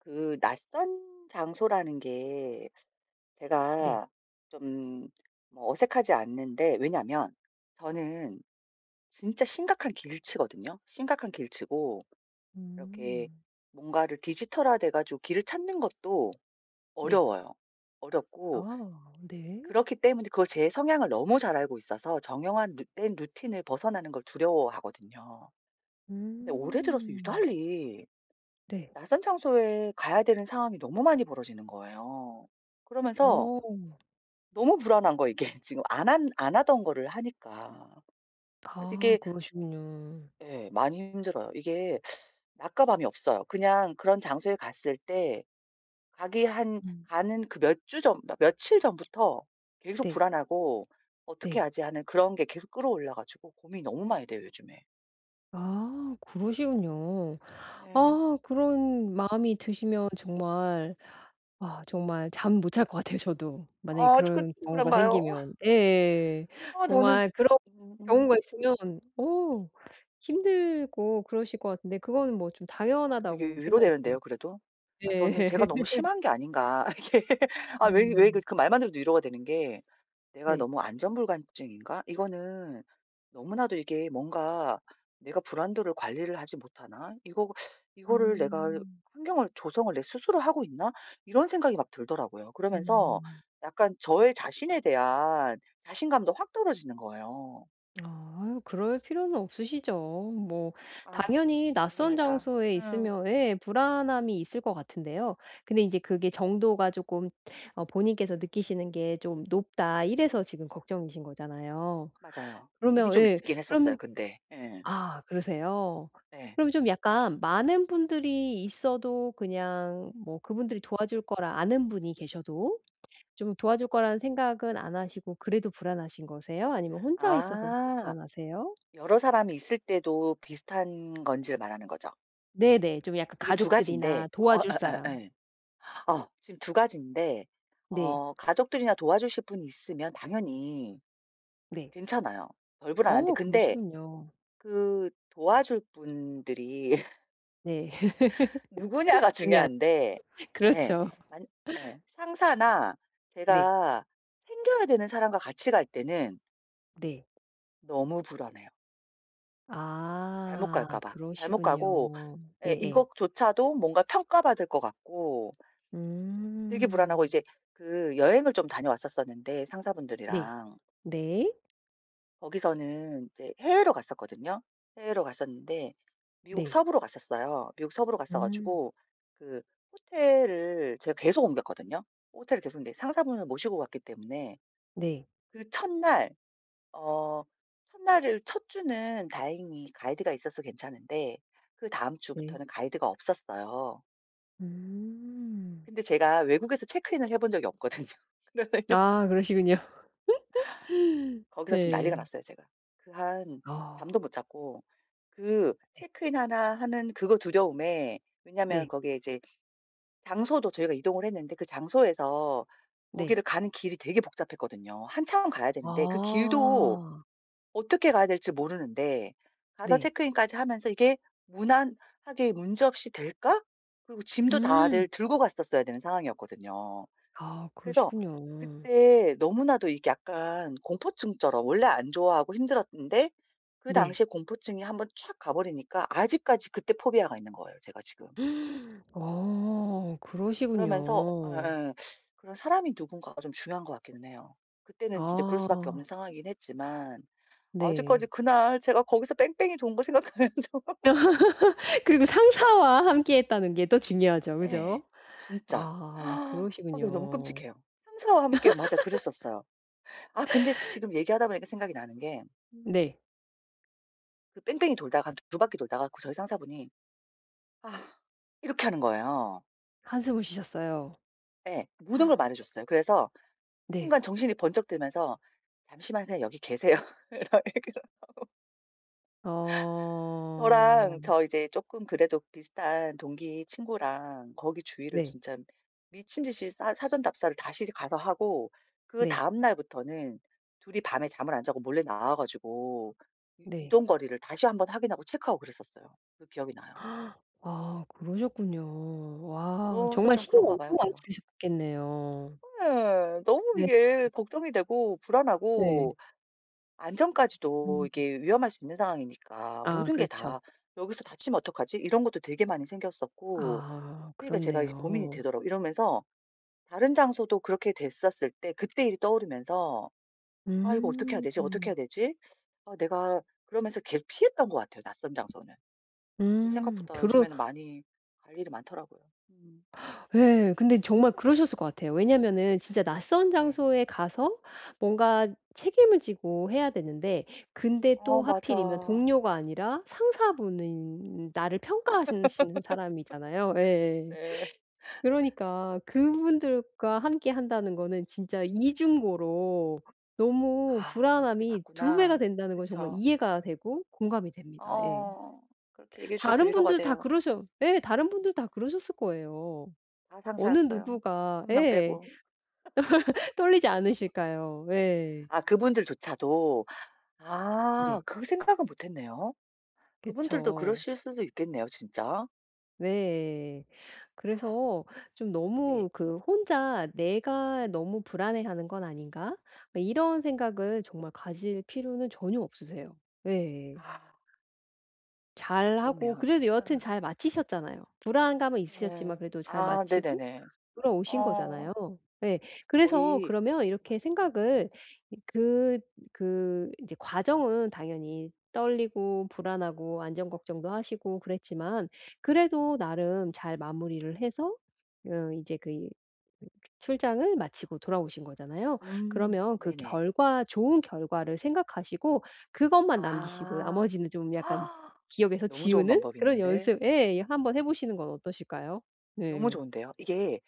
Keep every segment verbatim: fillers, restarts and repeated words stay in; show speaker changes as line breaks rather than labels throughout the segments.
그 낯선 장소라는 게
네.
제가 좀뭐 어색하지 않는데 왜냐면 저는 진짜 심각한 길치거든요. 심각한 길치고 이렇게
음.
뭔가를 디지털화 돼 가지고 길을 찾는 것도
네.
어려워요. 어렵고
아 네.
그렇기 때문에 그걸 제 성향을 너무 잘 알고 있어서 정형화된 루틴을 벗어나는 걸 두려워하거든요. 근데 올해 들어서
음.
유달리
네.
낯선 장소에 가야 되는 상황이 너무 많이 벌어지는 거예요. 그러면서
어.
너무 불안한 거 이게 지금 안 한 안 하던 거를 하니까. 그래서
아
이게
그러시군요.
예 많이 힘들어요. 이게 낮과 밤이 없어요. 그냥 그런 장소에 갔을 때 가기 한
음.
가는 그 몇 주 전 며칠 전부터 계속
네.
불안하고 '어떻게
네.
하지?' 하는 그런 게 계속 끌어올라 가지고 고민이 너무 많이 돼요 요즘에.
아 그러시군요.
네.
아 그런 마음이 드시면 정말 아 정말 잠 못 잘 것 같아요 저도. 만약에
아 그
그런 경우가
그런가요?
생기면 예
아 저는
정말 그런
음음.
경우가 있으면 어 힘들고 그러실 것 같은데 그거는 뭐 좀
아 되게
당연하다고 생각이 들어요.
위로되는데요 그래도. 아
예.
저는 '제가 너무 심한 게 아닌가.' 이게 아 왜 왜 그
음.
그 말만 들어도 위로가 되는 게 '내가
네.
너무 안전불감증인가? 이거는 너무나도 이게 뭔가 내가 불안도를 관리를 하지 못하나? 이거 이거를 내가
음.
환경을 조성을 내 스스로 하고 있나?' 이런 생각이 막 들더라고요. 그러면서
음.
약간 저의 자신에 대한 자신감도 확 떨어지는 거예요.
아 그럴 필요는 없으시죠. 뭐
아
당연히 낯선
다행입니다.
장소에
음
있으면 예 불안함이 있을 것 같은데요. 근데 이제 그게 정도가 조금 어 본인께서 느끼시는 게 좀 높다 이래서 지금 걱정이신 거잖아요.
맞아요. 일이
그러면
좀
예
있긴 했었어요
그러면
근데. 예.
아 그러세요?
네.
그럼 좀 약간 많은 분들이 있어도 그냥 뭐 그분들이 도와줄 거라 아는 분이 계셔도 좀 도와줄 거라는 생각은 안 하시고 그래도 불안하신 거세요? 아니면 혼자 있어서 더
아.
불안하세요?
여러 사람이 있을 때도 비슷한 건지를 말하는 거죠.
네네. 좀 약간
그게 두 가지인데
가족들이나
어
도와줄 사람.
어 어, 어. 어, 지금 두 가지인데
네.
어 가족들이나 도와주실 분이 있으면 당연히
네.
괜찮아요. 덜 불안한데
어
근데
그러시군요.
그 도와줄 분들이
네.
누구냐가 중요한데 예.
그렇죠.
만 예. 상사나
네.
제가 챙겨야 되는 사람과 같이 갈 때는
네.
너무 불안해요. 잘못 갈까
아
봐. 잘못 가고
그러시군요.
예
예예.
이것조차도 뭔가 평가받을 것 같고 되게 불안하고
음.
이제 그 여행을 좀 다녀왔었었는데
네.
상사분들이랑
네.
거기서는 이제 해외로 갔었거든요. 해외로 갔었는데 미국
네.
서부로 갔었어요. 미국 서부로 갔어
음.
가지고 그 호텔을 제가 계속 옮겼거든요. 호텔을 계속 근데 상사분을 모시고 갔기 때문에
네.
그 첫날 어 첫날을 첫 주는 다행히 가이드가 있어서 괜찮은데 그다음
네.
주부터는 가이드가 없었어요.
음.
근데 제가 외국에서 체크인을 해본 적이 없거든요. 그래서 이제
아 그러시군요.
거기서 지금 난리가
네.
났어요 제가. 그 한
아
잠도 못 잤고 그
네.
체크인 하나 하는 그거 두려움에 왜냐면
네.
거기에 이제 장소도 저희가 이동을 했는데 그 장소에서
네.
거기를 가는 길이 되게 복잡했거든요. 한참 가야 되는데 그 길도
아.
어떻게 가야 될지 모르는데 가서
네.
체크인까지 하면서 이게 무난하게 문제 없이 될까? 그리고 짐도 다들
음.
들고 갔었어야 되는 상황이었거든요.
아
그래서
그러시군요.
그때 너무나도 이게 약간 공포증처럼 원래 안 좋아하고 힘들었는데 그
네.
당시에 공포증이 한번 촥 가버리니까 아직까지 그때 포비아가 있는 거예요, 제가 지금.
어
그러면서 에,
그러시군요.
에, 그런 사람이 누군가가 좀 중요한 것 같기는 해요. 그때는 진짜 그럴 수밖에 없는
아
상황이긴 했지만 아직까지
네.
그날 제가 거기서 뺑뺑이 돈 거 생각하면 좀
그리고 상사와 함께 했다는 게 더 중요하죠.
예.
그죠?
진짜.
아
아 너 너무
그러시군요.
끔찍해요. 상사와 함께 맞아 그랬었어요. 아 근데 지금 얘기하다 보니까 생각이 나는 게
네.
그 뺑뺑이 돌다가 한 두 바퀴 돌다가 그 저희 상사분이 "아." 이렇게 하는 거예요.
한숨을 쉬셨어요.
예. 모든 걸 말해 줬어요. 그래서
네.
순간 정신이 번쩍 들면서 "잠시만 그냥 여기 계세요."
어
저랑 저 이제 조금 그래도 비슷한 동기 친구랑 거기 주위를
네.
진짜 미친 듯이 사 사전 답사를 다시 가서 하고
네.
그다음 날부터는 둘이 밤에 잠을 안 자고 몰래 나와 가지고 이
네.
이동 거리를 다시 한번 확인하고 체크하고 그랬었어요. 그 기억이 나요.
아 그러셨군요. 와
그래서
정말
좀
신경
그런가 봐요,
엄청 많이
제가.
쓰셨겠네요.
예. 너무
네.
이게 걱정이 되고
네.
불안하고 안전까지도
음.
이게 위험할 수 있는 상황이니까
아
모든 게 다
그렇죠.
'여기서 다치면 어떡하지?' 이런 것도 되게 많이 생겼었고
아
그러니까 제가 이제 고민이
그렇네요.
되더라고요. 이러면서 다른 장소도 그렇게 됐었을 때 그때 일이 떠오르면서 '아 이거 어떻게 해야
음.
되지? 어떻게 해야 되지?' 아 내가 그러면서 계속 피했던 것 같아요, 낯선 장소는. 근데
음.
생각보다
그러
요즘에는 많이 갈 일이 많더라고요. 음.
예. 근데 정말 그러셨을 것 같아요. 왜냐면은 진짜 낯선
네.
장소에 가서 뭔가 책임을 지고 해야 되는데 근데
어
또 하필이면
맞아.
동료가 아니라 상사분인 나를 평가하시는 사람이잖아요. 예
네.
그러니까 그분들과 함께 한다는 거는 진짜 이중고로 너무
아 그게
불안함이 두 배가
맞구나.
된다는 건 정말
그쵸.
이해가 되고 공감이 됩니다. 예.
어. 그렇게 얘기해 주셔서
다른
위로가
분들 다
돼요.
그러셔 예 다른 분들 다 그러셨을 거예요.
다
어느
상사였어요.
누구가
한 명
예
빼고.
떨리지 않으실까요? 예.
아 그분들조차도. 아
네.
그 생각은 못 했네요. 그분들도
그쵸.
그러실 수도 있겠네요, 진짜.
네.
아.
그래서 좀
네.
너무 그 '혼자 내가
음.
너무 불안해하는 건 아닌가?' 이런 생각을 정말 가질 필요는 전혀 없으세요. 예.
아.
잘하고
그렇네요.
그래도 여하튼
예.
잘 마치셨잖아요. 불안감은 있으셨지만
예.
그래도 잘
아
마치고
네네네.
돌아오신
어.
거잖아요. 예. 그래서
거의
그러면 이렇게
맞아. 어.
생각을 그 그 이제 과정은 당연히 떨리고 불안하고 안전 걱정도 하시고 그랬지만 그래도 나름 잘 마무리를 해서 어 이제 그그 출장을 마치고 돌아오신 거잖아요.
음.
그러면 그
네네.
결과 좋은 결과를 생각하시고 그것만 남기시고
아.
나머지는 좀 약간 기억에서
너무 좋은
지우는 그런
방법인데.
연습 예. 한번 해 보시는 건 어떠실까요?
너무
네.
좋은데요. 이게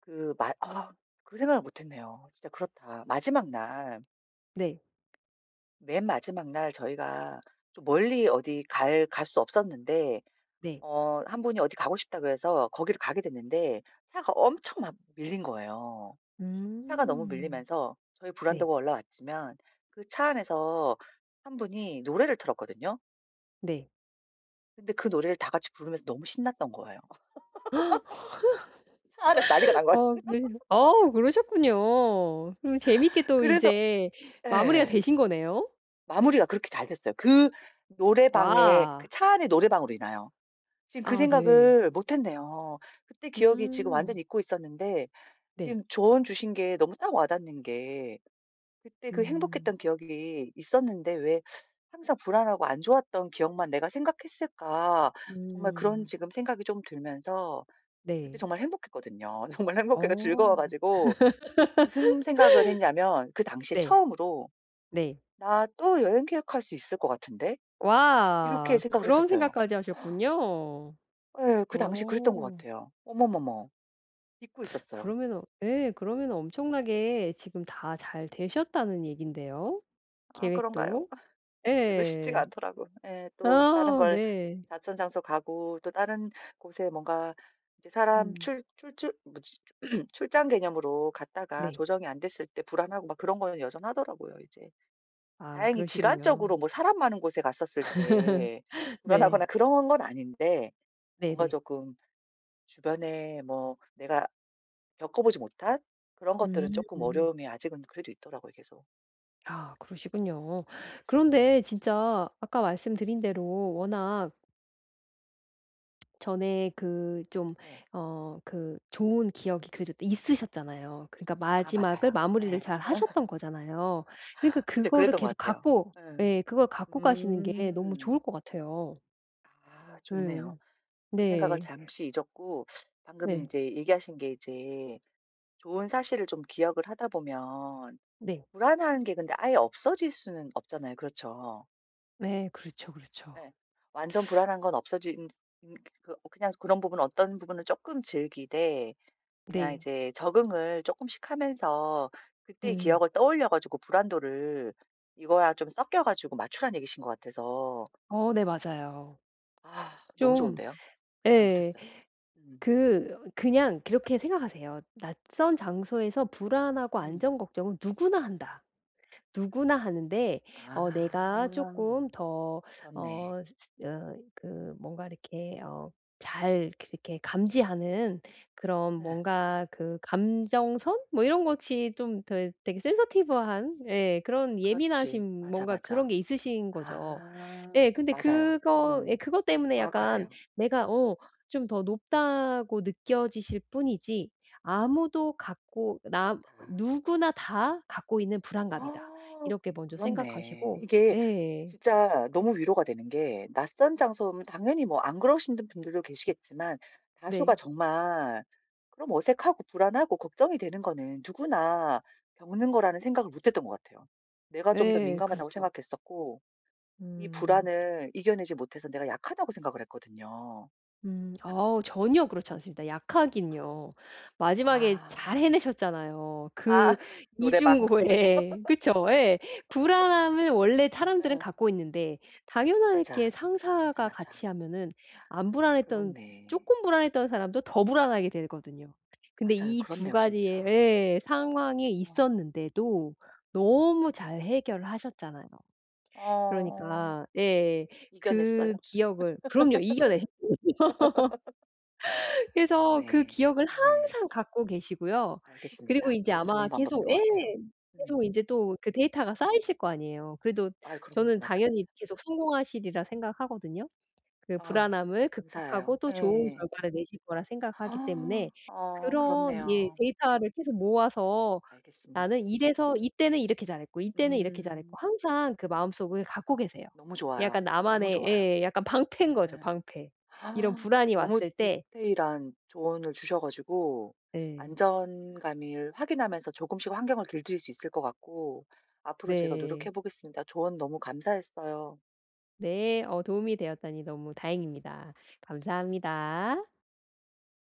그 마 아 그 생각을 못 했네요. 진짜 그렇다. 마지막 날
네.
맨 마지막 날 저희가 좀 멀리 어디 갈 갈 수 없었는데
네.
어 한 분이 어디 가고 싶다 그래서 거기를 가게 됐는데 차가 엄청 막 밀린 거예요. 차가 너무
음.
밀리면서 저희
네.
브란더가 올라왔지만 그 차 안에서 한 분이 노래를 틀었거든요.
네.
근데 그 노래를 다 같이 부르면서 너무 신났던 거예요. 차 안에서 난리가 난 거예요.
어 그러어 그러셨군요. 그럼 재밌게 또
그래서
인제 마무리가
예.
되신 거네요.
마무리가 그렇게 잘 됐어요. 그 노래방에 그
와.
차 안의 노래방으로 인하여. 지금 그
아 네.
생각을 못 했네요. 그때 기억이 지금 완전
음.
잊고 있었는데
네.
지금 조언 주신 게 너무 딱 와 닿는 게 그때 그
음.
행복했던 기억이 있었는데 왜 항상 불안하고 안 좋았던 기억만 내가 생각했을까? 정말 그런
음.
지금 생각이 좀 들면서 그때
네.
정말 행복했거든요. 정말 행복해가 즐거워
어.
가지고 무슨 생각을 했냐면 그 당시에
네.
처음으로
네.
'나 또 여행 계획할 수 있을 것 같은데?' 이렇게
와.
생각을
그런
했었어요.
생각까지 하셨군요.
예. 그 당시에 그랬던 것
어.
같아요. 어머머머. 잊고 있었어요.
그러면은 예 그러면은 엄청나게 지금 다 잘 되셨다는 얘긴데요
아 그런가요?
계획도.
그래도 쉽지가
예.
않더라고. 예. 또 다른
아
걸
네.
낯선 장소 가고 또 다른 곳에 뭔가 이제 사람
음.
출출출 뭐지? 출장 개념으로 갔다가
네.
조정이 안 됐을 때 불안하고 막 그런 거는 여전하더라고요 이제.
아
다행히
그러시군요.
질환적으로 뭐 사람 많은 곳에 갔었을 때 불안하거나
네.
그런 건 아닌데 뭔가
네네.
조금 주변에 뭐 내가 겪어보지 못한 그런 것들은 조금
음.
어려움이 아직은 그래도 있더라고요 계속.
아 그러시군요. 그런데 진짜 아까 말씀드린 대로 워낙 전에 그 좀
네.
어 그 좋은 기억이 그래도 있으셨잖아요. 그러니까
아
마지막을
맞아요.
마무리를
예.
잘 하셨던 거잖아요. 그러니까
진짜
그거를
그랬던
계속
것 같아요.
갖고
예.
예 그걸 갖고 가시는 게 너무 좋을
음.
것 같아요.
아 좋네요.
예.
그 생각을
네.
잠시 잊었고 방금 이
네.
제 얘기하신 게 이제 좋은 사실을 좀 기억을 하다 보면
네.
불안한 게 근데 아예 없어질 수는 없잖아요. 그렇죠?
네. 그렇죠, 그렇죠.
예. 완전 불안한 건 없어진 음 그 그냥 그런 부분 어떤 부분을 조금 즐기되 그냥
네.
이제 적응을 조금씩 하면서 그때의
음.
기억을 떠올려 가지고 불안도를 이거랑 좀 섞여 가지고 맞추라는 얘기신 것 같아서
어 네 맞아요.
아 너무
좀
좋은데요. 그 생각 못
예.
했어요. 음.
그 그냥 그렇게 생각하세요. '낯선 장소에서 불안하고
음.
안전 걱정은 누구나 한다.' 누구나 하는데
아
어 내가 조금 더
그렇네.
어 스- 어 그 뭔가 이렇게 어 잘 그렇게 감지하는 그런
예.
뭔가 그 감정선 뭐 이런 것이 좀 더 되게 센서티브한 예 그런
그렇지.
예민하신
맞아,
뭔가
맞아.
그런 게 있으신 거죠.
아
예 근데
맞아요.
그거 예
음.
그것 때문에 약간
정확하세요.
내가 어 좀 더 높다고 느껴지실 뿐이지 아무도 갖고 남
그렇다.
누구나 다 갖고 있는 불안감이다.
어,
이렇게 먼저
그렇네.
생각하시고
이게
예.
진짜 너무 위로가 되는 게 낯선 장소면 당연히 뭐 안 그러신 분들도 계시겠지만 다수가
네.
정말 그럼 어색하고 불안하고 걱정이 되는 거는 누구나 겪는 거라는 생각을 못 했던 것 같아요. 내가 좀 더
예.
민감하다고
그렇죠.
생각했었고, 이
음.
불안을 이겨내지 못해서 내가 약하다고 생각을 했거든요.
음. 어 전혀 그렇지 않습니다. 약하긴요. 마지막에 잘
아,
해내셨잖아요. 그
아, 노래방.
이중고에. 그쵸. 예. 불안함을 원래 사람들은
응,
갖고 있는데 당연하게
맞아. 맞아,
상사가
맞아.
같이 하면은 안 불안했던
그렇네.
조금 불안했던 사람도 더 불안하게 되거든요. 근데
맞아요.
이 두
그렇네요,
가지의
진짜.
예 상황이
어,
있었는데도 너무 잘 해결하셨잖아요.
어,
그러니까 예.
이겨냈어요.
그 기억을 그럼요. 이겨내셨죠. 그래서 그
맞네.
기억을
예,
항상 갖고 계시고요. 그리고
알겠습니다.
인제
너무
아마
좋은 방법인
계속
것
예.
같아요. 음,
계속 인제 또 그 데이터가 쌓이실 거 아니에요. 그래도
아, 그럼,
저는
맞아,
당연히
맞아.
계속 성공하시리라 생각하거든요. 그
아우
불안함을 극복하고
감사해요.
또 좋은
예.
결과를 내실 거라 생각하기
아,
때문에
어
그런 예
그렇네요.
데이터를 계속 모아서
알겠습니다.
나는 이래서 이때는 이렇게 잘했고 이때는 이렇게 잘했고
음
항상 그 마음속을 갖고 계세요.
너무 좋아요.
약간
너무
나만의
좋아요.
예 약간 방패인 거죠,
예.
방패. 이런
아,
불안이
너무
왔을 때
디테일한 조언을 주셔 가지고
예.
안전감을 확인하면서 조금씩 환경을 길들일 수 있을 것 같고 앞으로 제가 노력해
네.
보겠습니다. 조언 너무 감사했어요.
네. 어 도움이 되었다니 너무 다행입니다. 감사합니다.